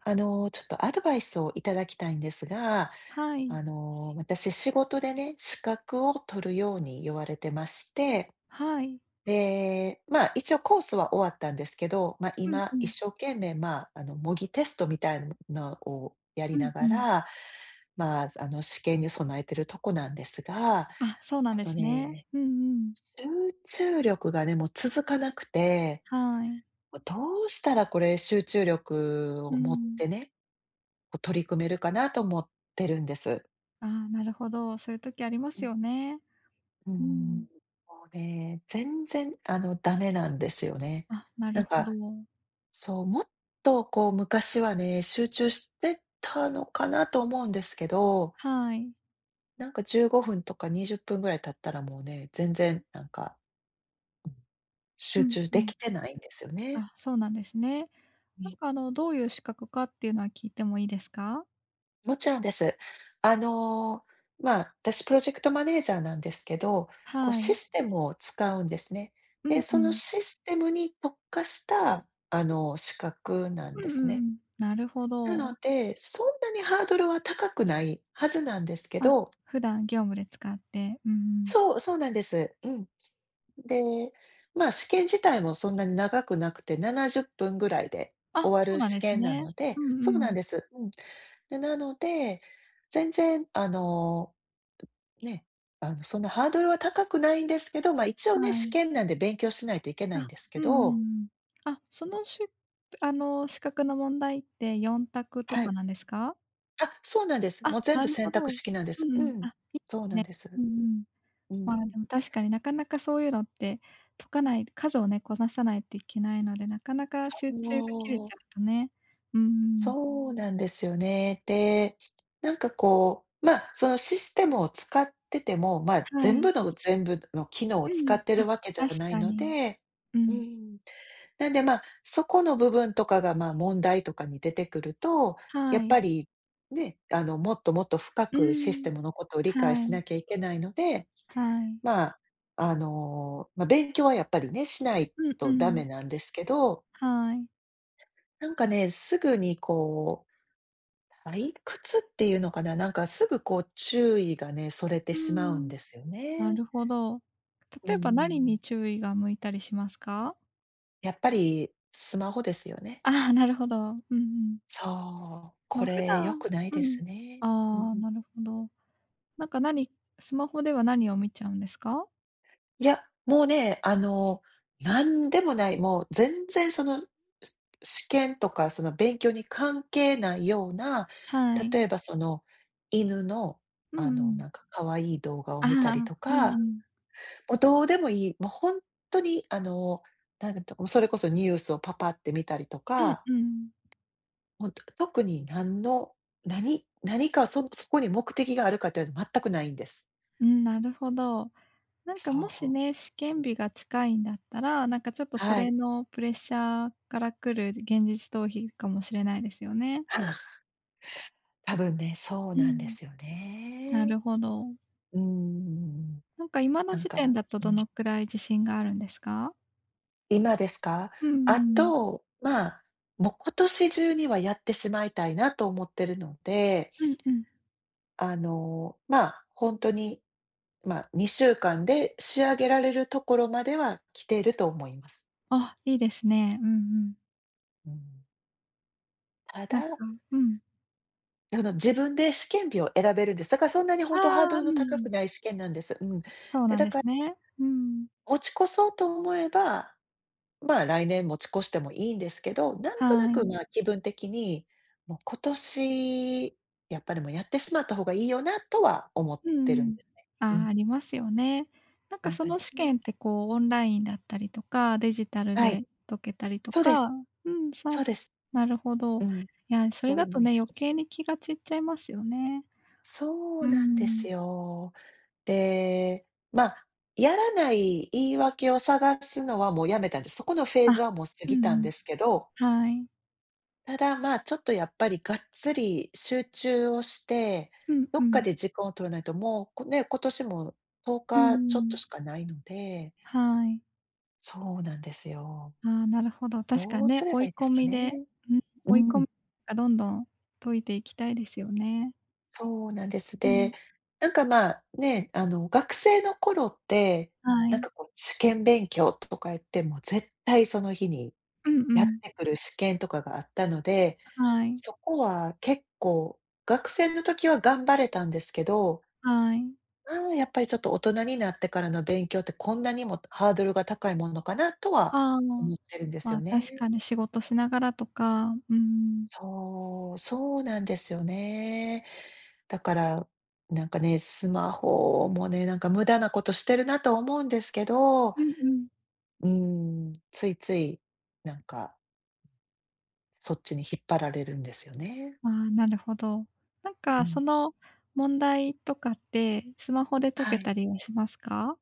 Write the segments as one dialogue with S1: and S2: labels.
S1: ちょっとアドバイスをいただきたいんですが、
S2: はい。
S1: 私仕事でね、資格を取るように言われてまして、
S2: はい。
S1: で、まあ一応コースは終わったんですけど、まあ
S2: うん
S1: 今
S2: う
S1: 一
S2: ん。
S1: 生懸命、模擬テストみたいなのをやり
S2: うん
S1: な
S2: う
S1: が
S2: ん。
S1: ら、試験に備えてるとこなんですが、
S2: あ、そうなんで
S1: この
S2: すね。
S1: ね、
S2: うんうん。
S1: 集中力がね、もう続かなくて、
S2: はい。
S1: どうしたらこれ集中力
S2: う
S1: を持っ
S2: ん。
S1: てね、こう取り組めるかなと思ってるんです。
S2: ああ、なるほど。そういう時ありま
S1: う
S2: す
S1: ん。
S2: よね。うん。
S1: もうね、全然ダメなんですよね。
S2: あ、な
S1: な
S2: る
S1: ん
S2: ほど。
S1: か、そう、もっとこう昔はね、集中してたのかなと思うんですけど、
S2: はい。
S1: なんか15分とか20分ぐらい経ったらもうね、全然なんか
S2: う
S1: 集
S2: ん
S1: 中
S2: う
S1: で
S2: ん。
S1: きてないんですよね。
S2: あ、そうなんですね。なんかどういう資格かっていうのは聞いてもいいですか？
S1: もちろんです。あの、私プロジェクトマネージャーなんですけど、こう
S2: は
S1: シ
S2: い。
S1: ステムを使うんですね。
S2: う
S1: で、
S2: んう
S1: その
S2: ん。
S1: システムに特化した、資格なん
S2: う
S1: で
S2: んうん
S1: す
S2: う
S1: ね。
S2: ん。なるほ
S1: な
S2: ど。
S1: ので、そんなにハードルは高くないはずなんですけ
S2: あ、
S1: ど、
S2: 普段業務で使って。うんうん。
S1: そうそうなんです。うん。で、まあ、試験自体もそんなに長くなくて、70分ぐらいで
S2: あ、
S1: 終わ
S2: そう
S1: る
S2: なん
S1: 試
S2: です
S1: 験な
S2: ね。
S1: ので、
S2: うん
S1: そ
S2: う
S1: うなん
S2: ん。
S1: です。うん。なので、全然あのね、あの、そんなハードルは高くないんですけど、ま、一応ね、
S2: は
S1: 試
S2: い。
S1: 験なんで勉強しないといけないん
S2: あ、
S1: ですけ
S2: うんうん
S1: ど。
S2: うん。あ、そのしゅあの、資格の問題って4択と
S1: は
S2: か
S1: い。
S2: なんですか？
S1: あ、そうなんです。も
S2: あ、
S1: う全
S2: な
S1: 部
S2: る
S1: 選
S2: ほ
S1: 択
S2: ど。うん
S1: 式なんで
S2: う
S1: す。う
S2: ん。
S1: ん、
S2: あ、い
S1: そう
S2: い
S1: なん
S2: ね。
S1: です。
S2: うんうん。
S1: うん、
S2: まあ、
S1: も
S2: でも確かになかなかそういうのって解かない数をね、こなさないといけないので、なかなか集
S1: う
S2: 中が切れ
S1: お
S2: ち
S1: お。
S2: ゃうとね。うんうん。
S1: そうなんですよね。で、そのシステムを使ってても、
S2: は
S1: 全部
S2: い。
S1: の全部の機能を
S2: う
S1: 使
S2: ん。
S1: ってる
S2: あ、
S1: わけじゃ
S2: 確
S1: ない
S2: か
S1: の
S2: に。
S1: で、
S2: う
S1: う
S2: ん。
S1: ん。なんで、まあ、そこの部分とかが、まあ、問題とかに出てくると、や
S2: は
S1: っぱ
S2: い。
S1: り、ね、もっともっと深
S2: う
S1: くシステ
S2: ん。
S1: ムのことを理解
S2: は
S1: し
S2: い。
S1: なきゃいけないので、
S2: はい。
S1: まあ、勉強はやっぱりね、しない
S2: うんう
S1: とダメ
S2: ん。
S1: なんですけど、
S2: はい。
S1: なんかね、すぐにこう、退屈っていうのかな、なんかすぐこう注意がね、それて
S2: う
S1: しまうん
S2: ん。
S1: ですよ
S2: な
S1: ね。
S2: るほど。
S1: うー
S2: 例えば何に
S1: ん。
S2: 注意が向いたりしますか？
S1: やっぱりスマホですよ ね。
S2: ああ、なるほど。うんうん。
S1: そう、こ
S2: の、普
S1: れ良
S2: 段
S1: くない
S2: う
S1: で
S2: ん。
S1: すね。う
S2: ああ、
S1: ん。
S2: なるほど。なんか何スマホでは何を見ちゃうんですか？
S1: いや、もうね、なんでもない、もう全然その、し試験とかその勉強に関係ないような、
S2: はい。
S1: 例えばその、犬の、
S2: うんうん。
S1: なんか可愛い動画を
S2: あ
S1: 見たり
S2: あ、
S1: と
S2: うんう
S1: か、
S2: ん。
S1: もうどうでもいい、もうほんとに、なんとそれこそニュースをパパって見たりと
S2: うん
S1: か、
S2: うん。
S1: ほんと特に何の、何何かそそこに目的があるかというのは全くないんです。
S2: うん、なるほど。なんかも
S1: そ
S2: し
S1: う。
S2: ね、試験日が近いんだったら、なんかちょっとそ
S1: は
S2: れ
S1: い。
S2: のプレッシャーから来る現実逃避かもしれないですよね。
S1: 多分ね、そう
S2: う
S1: なんで
S2: ん。
S1: すよ
S2: な
S1: ね。
S2: るほど。
S1: うーん。
S2: なんか今の
S1: なん
S2: 時点
S1: か、
S2: だと
S1: う
S2: ど
S1: ん、
S2: のくらい自信があるんですか？
S1: 今ですか？
S2: うんう
S1: あ
S2: ん。
S1: と、まあ、もう今年中にはやってしまいたいなと思ってるので、
S2: うんうん。
S1: ほんとに、まあ、2週間で仕上げられるところまでは来ていると思います。
S2: あ、いいですね。うんうん。
S1: うん。た
S2: なんか
S1: だ、
S2: うん。
S1: 自分で試験日を選べるんです。だからそんなにほ
S2: あ
S1: んとハード
S2: あ、う
S1: ルの
S2: んう
S1: 高く
S2: ん。
S1: ない試験なんです。うん。
S2: そう
S1: で、
S2: なん
S1: だ
S2: で
S1: か
S2: す
S1: ら
S2: ね。うん。
S1: 落ちこそうと思えば、まあ、来年持ち越してもいいんですけど、なん
S2: は
S1: となく、
S2: い。
S1: まあ、気分的に、もう今年、やっぱりもうやってしまった方がいいよなとは思っ
S2: うん
S1: てるん
S2: うん。
S1: ですね。う
S2: ああ、
S1: ん、
S2: ありますよね。なんか
S1: なん
S2: そ
S1: か
S2: の試
S1: ね、
S2: 験ってこうオンラインだったりとか、デジタル
S1: はい、
S2: で解けたりと
S1: そう
S2: か
S1: です、
S2: うん、さ
S1: そうです。
S2: なるほど。い
S1: うん、
S2: や、それ
S1: そうい
S2: だ
S1: うも
S2: と
S1: ん
S2: ね、
S1: です
S2: 余計
S1: ね。
S2: に気が散っちゃいますよね。
S1: そう
S2: う
S1: なんで
S2: ん。
S1: すよ。で、まあ、やらない言い訳を探すのはもうやめたんで、そこのフェー
S2: あ、
S1: ズはもう過
S2: うん
S1: ぎたん
S2: うん。
S1: ですけど。
S2: はい。
S1: ただ、まあ、ちょっとやっぱりがっつり集中をして、
S2: うん
S1: ど
S2: う
S1: っか
S2: ん。
S1: で時間を取らないと、もう、こね、今年も10
S2: うんうんう
S1: 日ちょっと
S2: ん。
S1: しかないので、
S2: はい。
S1: そうなんですよ。
S2: ああ、なるほど。確か
S1: どうす
S2: ね、
S1: れ
S2: 追
S1: ばいい
S2: い
S1: で
S2: 込
S1: すか
S2: みで、
S1: ね。
S2: うん、
S1: う
S2: 追い込
S1: ん、
S2: みがどんどん解いていきたいですよね。
S1: そうなんです。
S2: う
S1: で、
S2: ん、
S1: なんか、まあ、ね、学生の頃って、
S2: は
S1: なん
S2: い。
S1: かこう、試験勉強とか言って、もう絶対その日に
S2: うんう
S1: やっ
S2: ん。
S1: てくる試験とかがあったので、
S2: はい。
S1: そこは結構、学生の時は頑張れたんですけど、
S2: はい。
S1: うん、やっぱりちょっと大人になってからの勉強ってこんなにもハードルが高いものかなとは
S2: ああ、
S1: 思ってるんです
S2: ま
S1: よ
S2: あ、確
S1: ね。
S2: かに仕事しながらとか、うん。
S1: そう、そうなんですよね。だから、なんかね、スマホもね、なんか無駄なことしてるなと思うんですけど、
S2: うんうん。
S1: うん、ついつい、なんかそっちに引っ張られるんですよね。
S2: ああ、なるほど。なん
S1: う
S2: かそ
S1: ん。
S2: の問題とかって、スマホで解
S1: は
S2: け
S1: い。
S2: たりはしますか？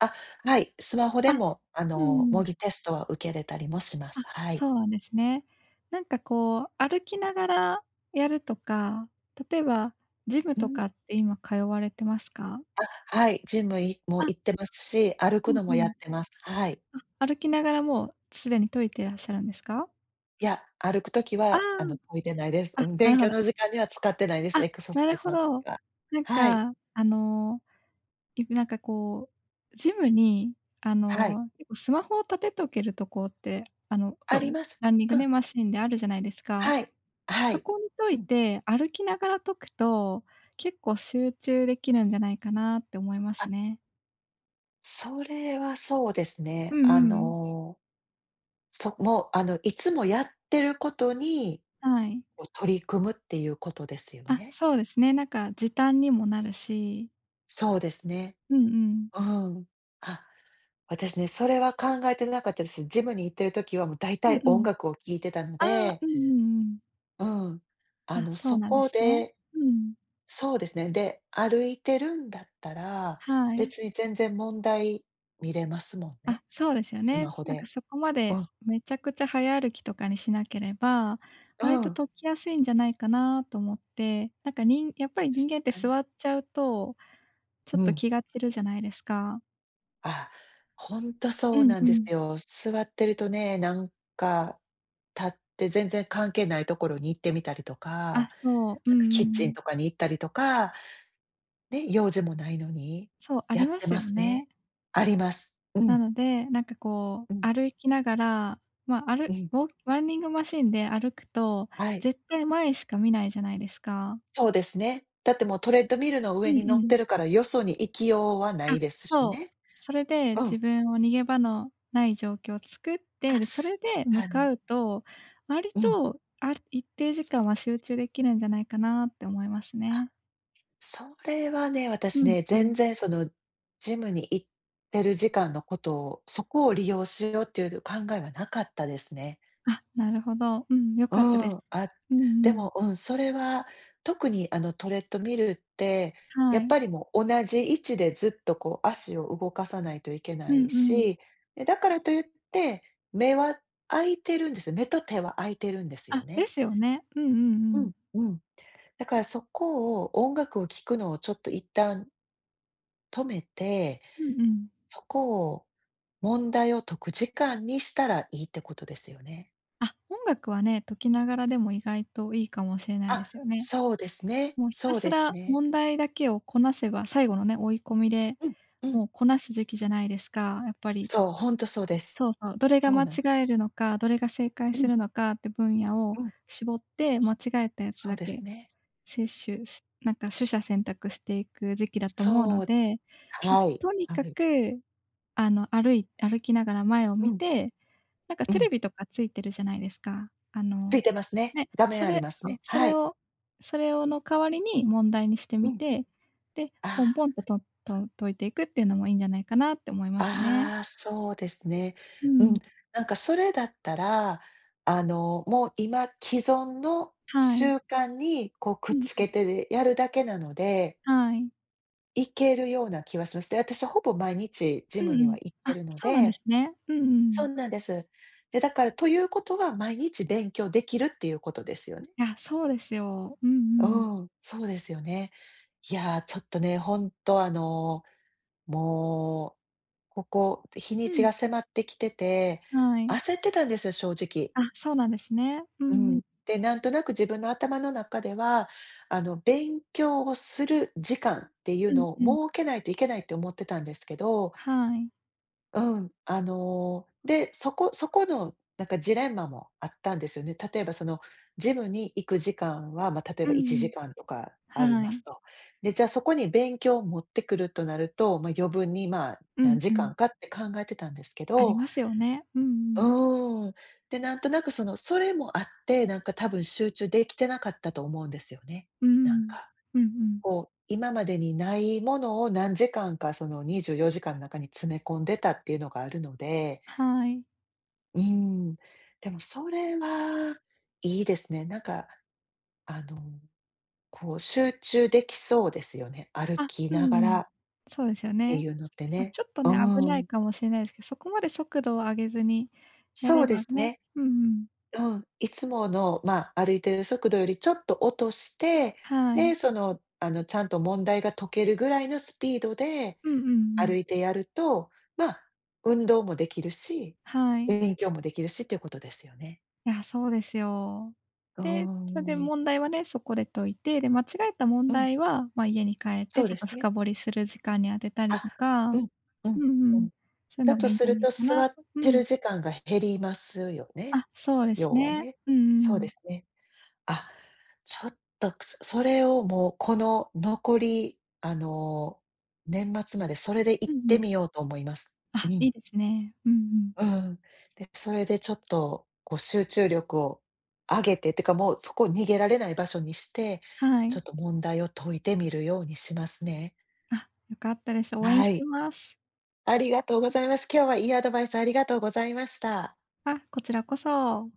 S1: あ、はい、スマホで
S2: あ、
S1: もあ
S2: う
S1: の模
S2: ん。
S1: 擬テストは受けれたりもします。
S2: あ、
S1: はい。
S2: そうなんですね。なんかこう、歩きながらやるとか、例えばジム
S1: う
S2: と
S1: ん。
S2: かって今通われてますか？
S1: はい、ジムいも
S2: あ、
S1: 行ってますし、歩
S2: う
S1: く
S2: ん
S1: の
S2: う
S1: もやっ
S2: ん。
S1: てます。はい。
S2: あ、歩きながらもうすでに解いていらっしゃるんですか？
S1: いや、歩く時
S2: ああ、
S1: は、こいでないです。う
S2: あ、
S1: ん、
S2: な
S1: 勉
S2: るほ
S1: 強
S2: ど。
S1: の時間には使ってないです、
S2: あ、
S1: エクササ
S2: な
S1: イ
S2: る
S1: ズ
S2: ほ
S1: の時
S2: ど。
S1: は。
S2: なん
S1: はい、
S2: か、あの、なんか、ジムに、あ
S1: はい。
S2: の、結構スマホを立てとけるとこって、
S1: あります。
S2: ランニング
S1: うん、
S2: ね、マシンであるじゃないですか。
S1: はい、は
S2: そ
S1: い。
S2: こに解
S1: う
S2: い
S1: ん。
S2: て、歩きながら解くと、結構集中できるんじゃないかなって思います
S1: あ、
S2: ね。
S1: それはそうです
S2: う
S1: ね。
S2: ん
S1: あ
S2: うん
S1: の、そもう、あの、いつもやってることに、
S2: はい。
S1: こう取り組むっていうことですよ
S2: あ、
S1: ね。
S2: そうですね。なんか時短にもなるし。
S1: そうですね。
S2: うんうん。
S1: うん。あ、私ね、それは考えてなかったです。ジムに行ってる時はもう大
S2: うん
S1: 体
S2: う
S1: 音
S2: ん。
S1: 楽を聴いてたの
S2: ああ、
S1: で、
S2: うんうんうん。
S1: うん。あ
S2: あ、
S1: の、
S2: そ
S1: そ
S2: うなんで
S1: こ
S2: すね。
S1: で
S2: うん。
S1: そうですね。で、歩いてるんだったら、
S2: はい。
S1: 別に全然問題見れますもん
S2: あ、
S1: ね、
S2: そうですよ
S1: スマ
S2: ね。
S1: ホ
S2: なんか
S1: で。
S2: そこま
S1: う
S2: で
S1: ん、
S2: めちゃくちゃ早歩きとかにしなければ、
S1: う
S2: 割と
S1: ん。
S2: 解きやすいんじゃないかなと思って、なんかやっぱり人間
S1: 確
S2: って
S1: かに。
S2: 座っちゃうとちょっ
S1: う
S2: と
S1: ん。
S2: 気が散るじゃないですか。
S1: あ、ほんと
S2: う
S1: そう
S2: ん
S1: なん
S2: う
S1: です
S2: ん。
S1: よ。座ってるとね、なんか、立って全然関係ないところに行ってみたりとか、
S2: あ、そう、う
S1: な
S2: ん
S1: んかキ
S2: うんう
S1: ッチン
S2: ん。
S1: とかに行ったりとかね、用事もないのに、
S2: そう、あ
S1: や
S2: り
S1: っ
S2: ま
S1: て
S2: す
S1: ま
S2: よ
S1: すね。
S2: ね。
S1: あります。うん、
S2: なので、なんかこ
S1: うん、
S2: う、歩きながら、ま、あ歩、
S1: うん。
S2: ウォーランニングマシンで歩くと、
S1: はい。
S2: 絶対前しか見ないじゃないですか。
S1: そうですね。だってもうトレッドミルの
S2: う
S1: 上
S2: ん
S1: に乗っ
S2: うん。
S1: てるから、よそに行きようはな
S2: あ、
S1: いですし
S2: そう。
S1: ね。
S2: それで
S1: うん、
S2: 自分を逃げ場のない状況を作って、
S1: 確
S2: で、それで向
S1: かに。
S2: かうと、割
S1: うん。
S2: と、ある一定時間は集中できるんじゃないかなって思いますね。
S1: それはね、
S2: う
S1: 私
S2: ん
S1: ね、
S2: う
S1: 全
S2: ん。
S1: 然そのジムに行ってる時間のことを、そこを利用しようっていう考えはなかったですね。
S2: あ、なるほど。うん、良
S1: う
S2: かったです。
S1: ん、あ、
S2: うんう
S1: で
S2: ん。
S1: も、うん、それは特にあのトレッドミルって、や
S2: は
S1: っ
S2: い。
S1: ぱりもう同じ位置でずっとこう足を動かさないといけ
S2: う
S1: ない
S2: んう
S1: し、
S2: ん。
S1: で、だからといって、目は目と手は開いてるんですよ
S2: あ、で
S1: ね。
S2: すよね。うんうんう
S1: う
S2: ん。
S1: ん、うん。だからそこを音楽を聴くのをちょっと一旦止めて、
S2: うんうん。
S1: そこを問題を解く時間にしたらいいってことですよね。
S2: あ、音楽はね、解きながらでも意外といいかもしれない
S1: あ、
S2: ですよね。
S1: そうですね。
S2: もうひた
S1: そう
S2: す
S1: です
S2: ら
S1: ね。
S2: 問題だけをこなせば、最後のね、追い込みで、
S1: うん、うん。
S2: もうこなす時期じゃないですか、やっぱり。
S1: そう、ほんとそうです。
S2: そうそう、どれが
S1: そう
S2: 間違
S1: なんです。
S2: えるのか、どれが正解
S1: う
S2: す
S1: ん、
S2: るのかって分野を
S1: うん、
S2: 絞って、間違えたやつ
S1: そう
S2: だ
S1: です
S2: け
S1: ね。
S2: 接種すなんか取捨選択していく時期だと思うの
S1: そう、
S2: で、もう
S1: はい、
S2: とに
S1: は
S2: か
S1: い。
S2: く、あの、歩きながら前を
S1: う
S2: 見
S1: ん、
S2: て、なんか
S1: う
S2: テレ
S1: ん。
S2: ビとかついてるじゃないですか。あ
S1: つい
S2: の、
S1: てますね。
S2: ね、
S1: 画面
S2: そ
S1: あり
S2: れ
S1: ます
S2: そう、
S1: ね。
S2: そ
S1: は
S2: れ
S1: い。
S2: をそれをの代わりに問題にして
S1: う
S2: み
S1: ん。
S2: て、で、ポ
S1: あ
S2: ンポンと、とと解いていくっていうのもいいんじゃないかなって思いますね。
S1: あ、ああ、そうですね。
S2: う
S1: うん、
S2: ん。
S1: なんかそれだったら、もう今既存の
S2: はい。
S1: 習慣にこうく
S2: う
S1: っ
S2: ん
S1: つ
S2: う
S1: け
S2: ん。
S1: てやるだけなので、
S2: はい。
S1: いけるような気はします。で、私はほぼ毎日ジ
S2: う
S1: ム
S2: ん
S1: に
S2: う
S1: は
S2: ん。
S1: 行って
S2: あ、
S1: るの
S2: そうなんで
S1: で、
S2: すね。うんう
S1: そう
S2: ん。
S1: なんです。で、だからということは、毎日勉強できるっていうことですよね。
S2: いや、そうですよ。うんうん。
S1: うん、そうですよね。いやー、ちょっとね、ほんとあの、もう、ここ日に
S2: う
S1: ち
S2: ん。
S1: が迫ってきてて、
S2: はい。
S1: 焦ってたんですよ、正直。
S2: あ、そうなんですね。う
S1: う
S2: んうん。
S1: ん。で、なんとなく自分の頭の中では、勉強をする時間っていう
S2: うん
S1: の
S2: うん。
S1: を設けないといけないって思ってたんですけど、
S2: はい。
S1: そこそこのなんかジレンマもあったんですよね。例えばそのジムに行く時間は、まあ、例え
S2: う
S1: ば
S2: ん
S1: 1
S2: うん。
S1: 時間とかあり
S2: は
S1: ま
S2: い。
S1: すと。で、じゃあそこに勉強を持ってくるとなると、まあ、余分に、まあ、
S2: う
S1: 何
S2: ん
S1: 時
S2: う
S1: 間
S2: ん。
S1: かって考えてたんですけ
S2: あり
S1: ど、
S2: ますよね。うんうん。
S1: うーん。で、なんとなくその、それもあって、なんか多分集中できてなかったと思うんですよね。
S2: う
S1: なん
S2: ん。
S1: か、
S2: うんうん。
S1: こう、今までにないものを何時間かその24時間の中に詰め込んでたっていうのがあるので、
S2: はい。
S1: うーん、でもそれはいいですね。なんか、あの、こう集中できそうですよね。歩
S2: あ、
S1: き
S2: う
S1: なが
S2: んう
S1: ら
S2: ん。
S1: っ
S2: そうですよ
S1: て
S2: ね。
S1: いうのって
S2: ま、
S1: ね。
S2: ちょっと
S1: う
S2: ね、危
S1: ー
S2: ない
S1: ん、
S2: かもしれないですけど、そこまで速度を上げずにや
S1: そ
S2: れ
S1: うで
S2: ば
S1: す
S2: ね
S1: ね。
S2: うんうん。
S1: うん、いつもの、まあ、歩いてる速度よりちょっと落として、
S2: は
S1: で、
S2: い。
S1: ちゃんと問題が解けるぐらいのスピードで
S2: うんうんうん。
S1: 歩いてやると、まあ、運動もできるし、
S2: はい。
S1: 勉強もできるしっていうことですよね。
S2: いや、そうですよ。
S1: うー
S2: で、それで
S1: ん。
S2: 問題はね、そこで解いて、で、間違えた問
S1: うん、
S2: 題は、まあ、家に帰っ
S1: そ
S2: て
S1: う
S2: ちょ
S1: で
S2: っと
S1: すね。
S2: 深掘りする時間に当てたり
S1: あ、
S2: と
S1: う
S2: か、
S1: ん、うん、
S2: うん
S1: う
S2: うん、
S1: ん。
S2: そういう
S1: だ
S2: のが
S1: と
S2: いいん
S1: す
S2: じゃ
S1: る
S2: ない
S1: と、
S2: か
S1: 座
S2: な
S1: っ
S2: と。う
S1: てる
S2: ん。
S1: 時間が減りますよね。
S2: あ、そうです
S1: 要は
S2: ね。
S1: ね。
S2: うんうんう
S1: そうで
S2: ん。
S1: すね。あ、ちょっと、それをもう、この残り、年末までそれで行
S2: う
S1: っ
S2: んう
S1: て
S2: ん。
S1: みようと思います。う
S2: あ、い
S1: ん。
S2: いですね。うんうん。
S1: うん。で、それでちょっと、こう集中力を上げてってか、もうそこ逃げられない場所にして、
S2: は
S1: ちょ
S2: い。
S1: っと問題を解いてみるようにしますね。
S2: あ、良かったです。応援
S1: は
S2: して
S1: い。
S2: ます。
S1: ありがとうございます。今日はいいアドバイスありがとうございました。
S2: あ、こちらこそ。